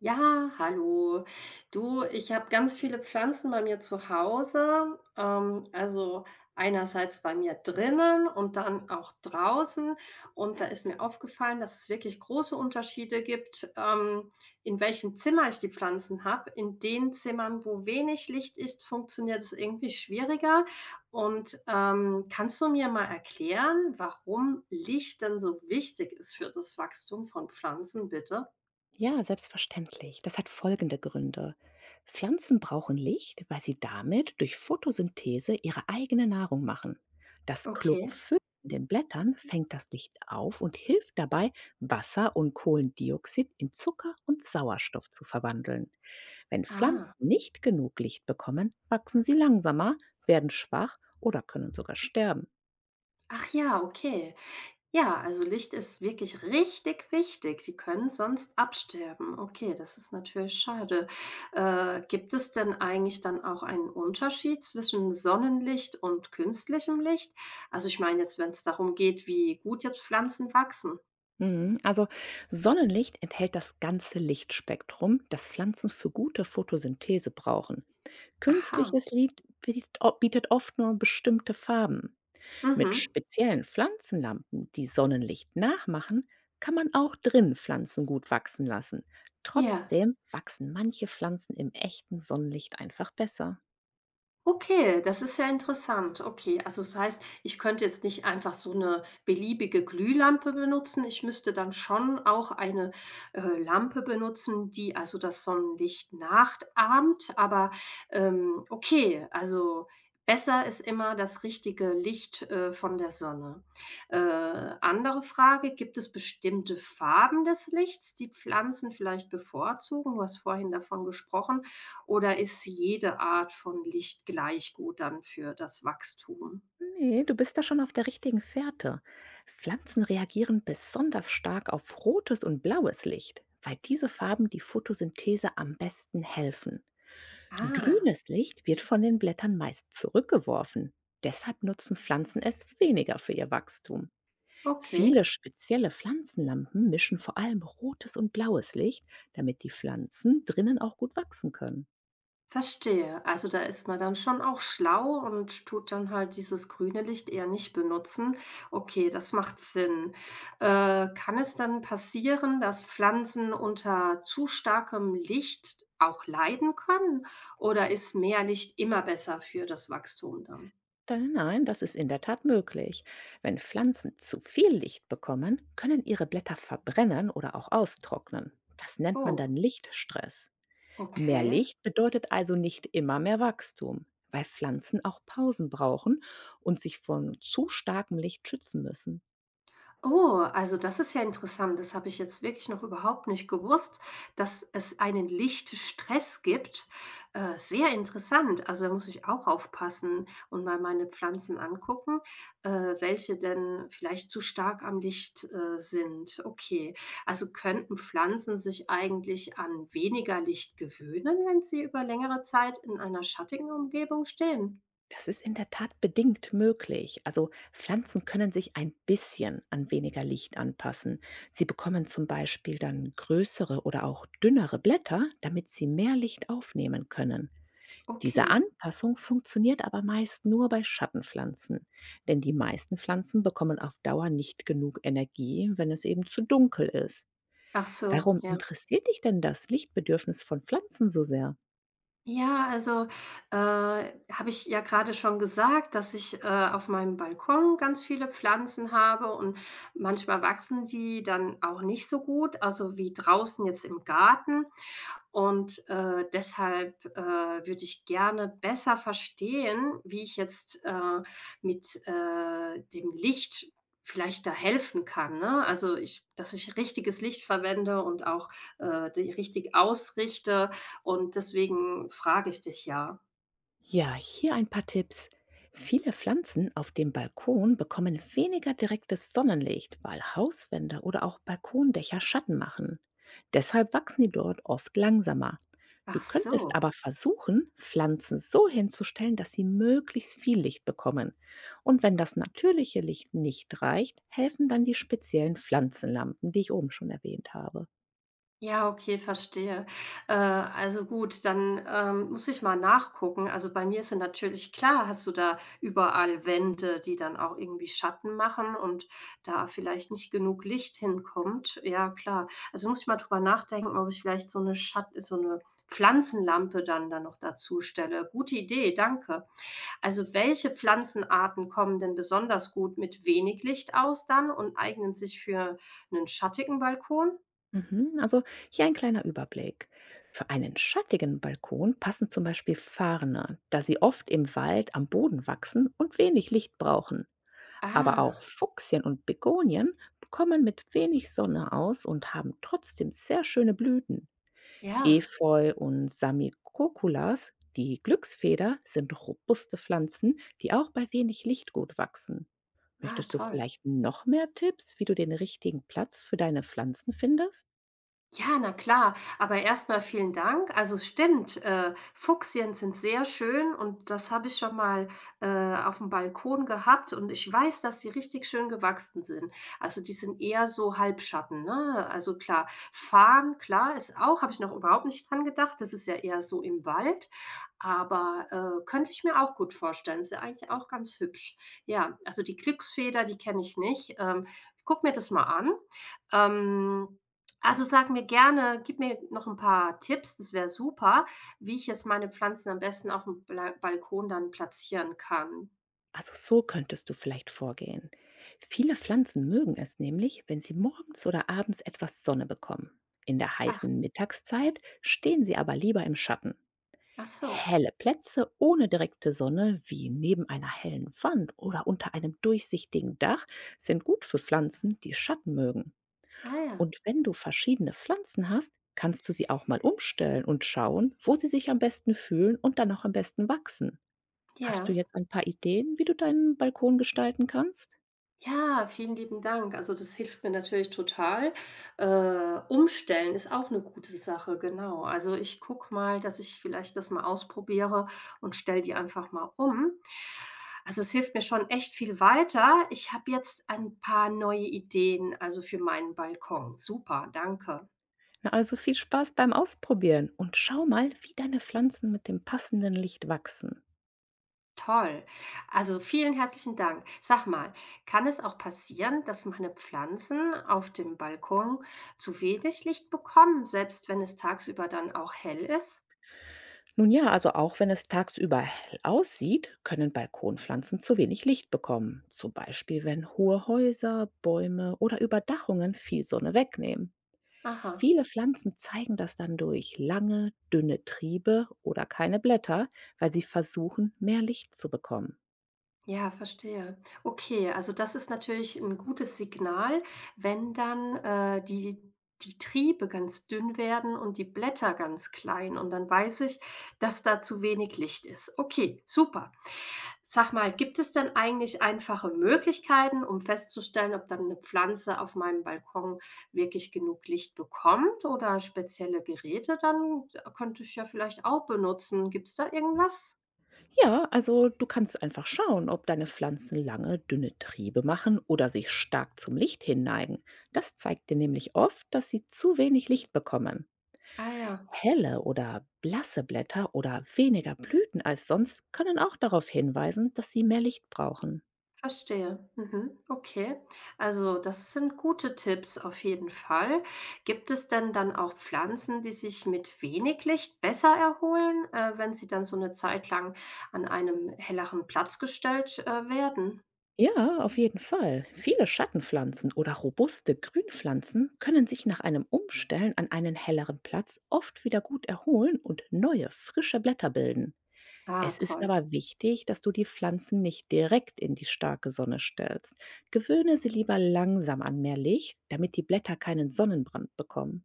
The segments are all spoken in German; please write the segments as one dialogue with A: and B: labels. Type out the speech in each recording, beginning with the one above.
A: Ja, hallo. Du, ich habe ganz viele Pflanzen bei mir zu Hause. Also einerseits bei mir drinnen und dann auch draußen. Und da ist mir aufgefallen, dass es wirklich große Unterschiede gibt, in welchem Zimmer ich die Pflanzen habe. In den Zimmern, wo wenig Licht ist, funktioniert es irgendwie schwieriger. Und kannst du mir mal erklären, warum Licht denn so wichtig ist für das Wachstum von Pflanzen, bitte?
B: Ja, selbstverständlich. Das hat folgende Gründe. Pflanzen brauchen Licht, weil sie damit durch Photosynthese ihre eigene Nahrung machen. Das
A: Okay.
B: Chlorophyll in den Blättern fängt das Licht auf und hilft dabei, Wasser und Kohlendioxid in Zucker und Sauerstoff zu verwandeln. Wenn Pflanzen
A: Ah.
B: nicht genug Licht bekommen, wachsen sie langsamer, werden schwach oder können sogar sterben.
A: Ach ja, okay. Ja, also Licht ist wirklich richtig wichtig. Sie können sonst absterben. Okay, das ist natürlich schade. Gibt es denn eigentlich dann auch einen Unterschied zwischen Sonnenlicht und künstlichem Licht? Also ich meine jetzt, wenn es darum geht, wie gut jetzt Pflanzen wachsen.
B: Mhm. Also Sonnenlicht enthält das ganze Lichtspektrum, das Pflanzen für gute Photosynthese brauchen.
A: Aha.
B: Künstliches Licht bietet oft nur bestimmte Farben. Mit
A: Mhm.
B: speziellen Pflanzenlampen, die Sonnenlicht nachmachen, kann man auch drin Pflanzen gut wachsen lassen.
A: Ja.
B: Trotzdem wachsen manche Pflanzen im echten Sonnenlicht einfach besser.
A: Okay, das ist ja interessant. Okay, also das heißt, ich könnte jetzt nicht einfach so eine beliebige Glühlampe benutzen. Ich müsste dann schon auch eine, Lampe benutzen, die also das Sonnenlicht nachahmt, aber, okay, also besser ist immer das richtige Licht, von der Sonne. Äh, Andere Frage, gibt es bestimmte Farben des Lichts, die Pflanzen vielleicht bevorzugen? Du hast vorhin davon gesprochen. Oder ist jede Art von Licht gleich gut dann für das Wachstum?
B: Ne, du bist da schon auf der richtigen Fährte. Pflanzen reagieren besonders stark auf rotes und blaues Licht, weil diese Farben die Photosynthese am besten helfen.
A: Ah,
B: Grünes Licht wird von den Blättern meist zurückgeworfen. Deshalb nutzen Pflanzen es weniger für ihr Wachstum.
A: okay,
B: Viele spezielle Pflanzenlampen mischen vor allem rotes und blaues Licht, damit die Pflanzen drinnen auch gut wachsen können.
A: verstehe. Also da ist man dann schon auch schlau und tut dann halt dieses grüne Licht eher nicht benutzen. Okay, das macht Sinn. Kann es dann passieren, dass Pflanzen unter zu starkem Licht auch leiden können? Oder ist mehr Licht immer besser für das Wachstum dann?
B: Nein, das ist in der Tat möglich. Wenn Pflanzen zu viel Licht bekommen, können ihre Blätter verbrennen oder auch austrocknen. Das nennt man
A: Oh,
B: dann Lichtstress. Mehr
A: okay.
B: Licht bedeutet also nicht immer mehr Wachstum, weil Pflanzen auch Pausen brauchen und sich von zu starkem Licht schützen müssen.
A: Oh, also das ist ja interessant. Das habe ich jetzt wirklich noch überhaupt nicht gewusst, dass es einen Lichtstress gibt. Sehr interessant. Also da muss ich auch aufpassen und mal meine Pflanzen angucken, äh, welche denn vielleicht zu stark am Licht sind. Okay, also könnten Pflanzen sich eigentlich an weniger Licht gewöhnen, wenn sie über längere Zeit in einer schattigen Umgebung stehen?
B: Das ist in der Tat bedingt möglich. Also Pflanzen können sich ein bisschen an weniger Licht anpassen. Sie bekommen zum Beispiel dann größere oder auch dünnere Blätter, damit sie mehr Licht aufnehmen können. Diese
A: Okay.
B: Anpassung funktioniert aber meist nur bei Schattenpflanzen, denn die meisten Pflanzen bekommen auf Dauer nicht genug Energie, wenn es eben zu dunkel ist.
A: Ach so,
B: Warum
A: ja.
B: interessiert dich denn das Lichtbedürfnis von Pflanzen so sehr?
A: Ja, also, habe ich ja gerade schon gesagt, dass ich, auf meinem Balkon ganz viele Pflanzen habe und manchmal wachsen die dann auch nicht so gut, also wie draußen jetzt im Garten. Und, deshalb, würde ich gerne besser verstehen, wie ich jetzt, mit, dem Licht vielleicht da helfen kann, ne? Also, ich dass ich richtiges Licht verwende und auch, die richtig ausrichte und deswegen frage ich dich ja.
B: Ja, hier ein paar Tipps. Viele Pflanzen auf dem Balkon bekommen weniger direktes Sonnenlicht, weil Hauswände oder auch Balkondächer Schatten machen. Deshalb wachsen die dort oft langsamer. Du
A: Ach
B: könntest
A: so.
B: aber versuchen, Pflanzen so hinzustellen, dass sie möglichst viel Licht bekommen. Und wenn das natürliche Licht nicht reicht, helfen dann die speziellen Pflanzenlampen, die ich oben schon erwähnt habe.
A: Ja, okay, verstehe. Also gut, dann, muss ich mal nachgucken. Also, bei mir ist ja natürlich klar, hast du da überall Wände, die dann auch irgendwie Schatten machen und da vielleicht nicht genug Licht hinkommt. Ja, klar. Also, muss ich mal drüber nachdenken, ob ich vielleicht so eine Pflanzenlampe dann da noch dazu stelle. Gute Idee, danke. Also welche Pflanzenarten kommen denn besonders gut mit wenig Licht aus dann und eignen sich für einen schattigen Balkon?
B: Mhm, also hier ein kleiner Überblick. Für einen schattigen Balkon passen zum Beispiel Farne, da sie oft im Wald am Boden wachsen und wenig Licht brauchen. Aber auch
A: Ah,
B: Fuchsien und Begonien kommen mit wenig Sonne aus und haben trotzdem sehr schöne Blüten.
A: ja.
B: Efeu und Samicoculas, die Glücksfeder, sind robuste Pflanzen, die auch bei wenig Licht gut wachsen.
A: Ah,
B: Möchtest du
A: toll.
B: vielleicht noch mehr Tipps, wie du den richtigen Platz für deine Pflanzen findest?
A: Ja, na klar, aber erstmal vielen Dank. Also es stimmt, Fuchsien sind sehr schön und das habe ich schon mal, auf dem Balkon gehabt und ich weiß, dass die richtig schön gewachsen sind. Also, die sind eher so Halbschatten, ne? Also klar, Farn, klar, ist auch habe ich noch überhaupt nicht dran gedacht. Das ist ja eher so im Wald, aber, könnte ich mir auch gut vorstellen. Ist ja eigentlich auch ganz hübsch. Ja, also die Glücksfeder, die kenne ich nicht. Ich gucke mir das mal an. Ähm also, sag mir gerne gib mir noch ein paar Tipps, das wäre super, wie ich jetzt meine Pflanzen am besten aufm Bla Balkon dann platzieren kann.
B: Also so könntest du vielleicht vorgehen. Viele Pflanzen mögen es nämlich, wenn sie morgens oder abends etwas Sonne bekommen. In der
A: Ach,
B: heißen Mittagszeit stehen sie aber lieber im Schatten.
A: ach so.
B: Helle Plätze ohne direkte Sonne, wie neben einer hellen Wand oder unter einem durchsichtigen Dach, sind gut für Pflanzen, die Schatten mögen.
A: Ah ja,
B: Und wenn du verschiedene Pflanzen hast, kannst du sie auch mal umstellen und schauen, wo sie sich am besten fühlen und dann auch am besten wachsen. Hast du
A: ja.
B: jetzt ein paar Ideen, wie du deinen Balkon gestalten kannst?
A: Ja, vielen lieben Dank. Also, das hilft mir natürlich total. Umstellen ist auch eine gute Sache, genau. Also, ich guck mal, dass ich vielleicht das mal ausprobiere und stell die einfach mal um. Also, es hilft mir schon echt viel weiter. Ich habe jetzt ein paar neue Ideen, also, für meinen Balkon. Super, danke.
B: Na, also viel Spaß beim Ausprobieren und schau mal, wie deine Pflanzen mit dem passenden Licht wachsen.
A: Toll. Also vielen herzlichen Dank. Sag mal, kann es auch passieren, dass meine Pflanzen auf dem Balkon zu wenig Licht bekommen, selbst wenn es tagsüber dann auch hell ist?
B: Nun ja, also auch wenn es tagsüber hell aussieht, können Balkonpflanzen zu wenig Licht bekommen. Zum Beispiel, wenn hohe Häuser, Bäume oder Überdachungen viel Sonne wegnehmen.
A: Aha.
B: Viele Pflanzen zeigen das dann durch lange, dünne Triebe oder keine Blätter, weil sie versuchen, mehr Licht zu bekommen.
A: Ja, verstehe. Okay, also das ist natürlich ein gutes Signal, wenn dann, die die Triebe ganz dünn werden und die Blätter ganz klein und dann weiß ich, dass da zu wenig Licht ist. Okay, super. Sag mal, gibt es denn eigentlich einfache Möglichkeiten, um festzustellen, ob dann eine Pflanze auf meinem Balkon wirklich genug Licht bekommt oder spezielle Geräte dann? Könnte ich ja vielleicht auch benutzen. Gibt es da irgendwas?
B: Ja, also du kannst einfach schauen, ob deine Pflanzen lange, dünne Triebe machen oder sich stark zum Licht hinneigen. Das zeigt dir nämlich oft, dass sie zu wenig Licht bekommen.
A: Ah ja.
B: Helle oder blasse Blätter oder weniger Blüten als sonst können auch darauf hinweisen, dass sie mehr Licht brauchen.
A: Verstehe. Mhm. Okay. Also, das sind gute Tipps auf jeden Fall. Gibt es denn dann auch Pflanzen, die sich mit wenig Licht besser erholen, wenn sie dann so eine Zeit lang an einem helleren Platz gestellt, werden?
B: Ja, auf jeden Fall. Viele Schattenpflanzen oder robuste Grünpflanzen können sich nach einem Umstellen an einen helleren Platz oft wieder gut erholen und neue, frische Blätter bilden.
A: Ah,
B: Es ist
A: toll.
B: aber wichtig, dass du die Pflanzen nicht direkt in die starke Sonne stellst. Gewöhne sie lieber langsam an mehr Licht, damit die Blätter keinen Sonnenbrand bekommen.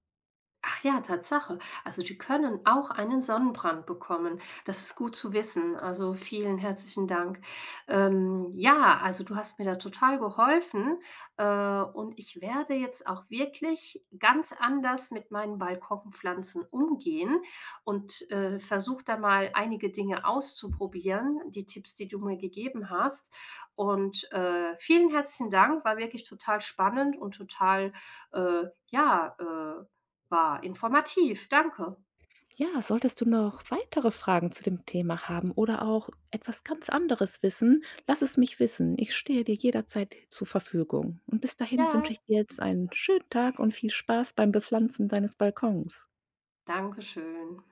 A: Ach ja, Tatsache. Also die können auch einen Sonnenbrand bekommen. Das ist gut zu wissen. Also vielen herzlichen Dank. Ja, also du hast mir da total geholfen. Und ich werde jetzt auch wirklich ganz anders mit meinen Balkonpflanzen umgehen und versuche da mal einige Dinge auszuprobieren, die Tipps, die du mir gegeben hast. Und vielen herzlichen Dank. War wirklich total spannend und total, äh, ja, äh, war informativ, danke.
B: Ja, solltest du noch weitere Fragen zu dem Thema haben oder auch etwas ganz anderes wissen, lass es mich wissen. Ich stehe dir jederzeit zur Verfügung. Und bis dahin
A: Ja,
B: wünsche ich dir jetzt einen schönen Tag und viel Spaß beim Bepflanzen deines Balkons.
A: danke schön.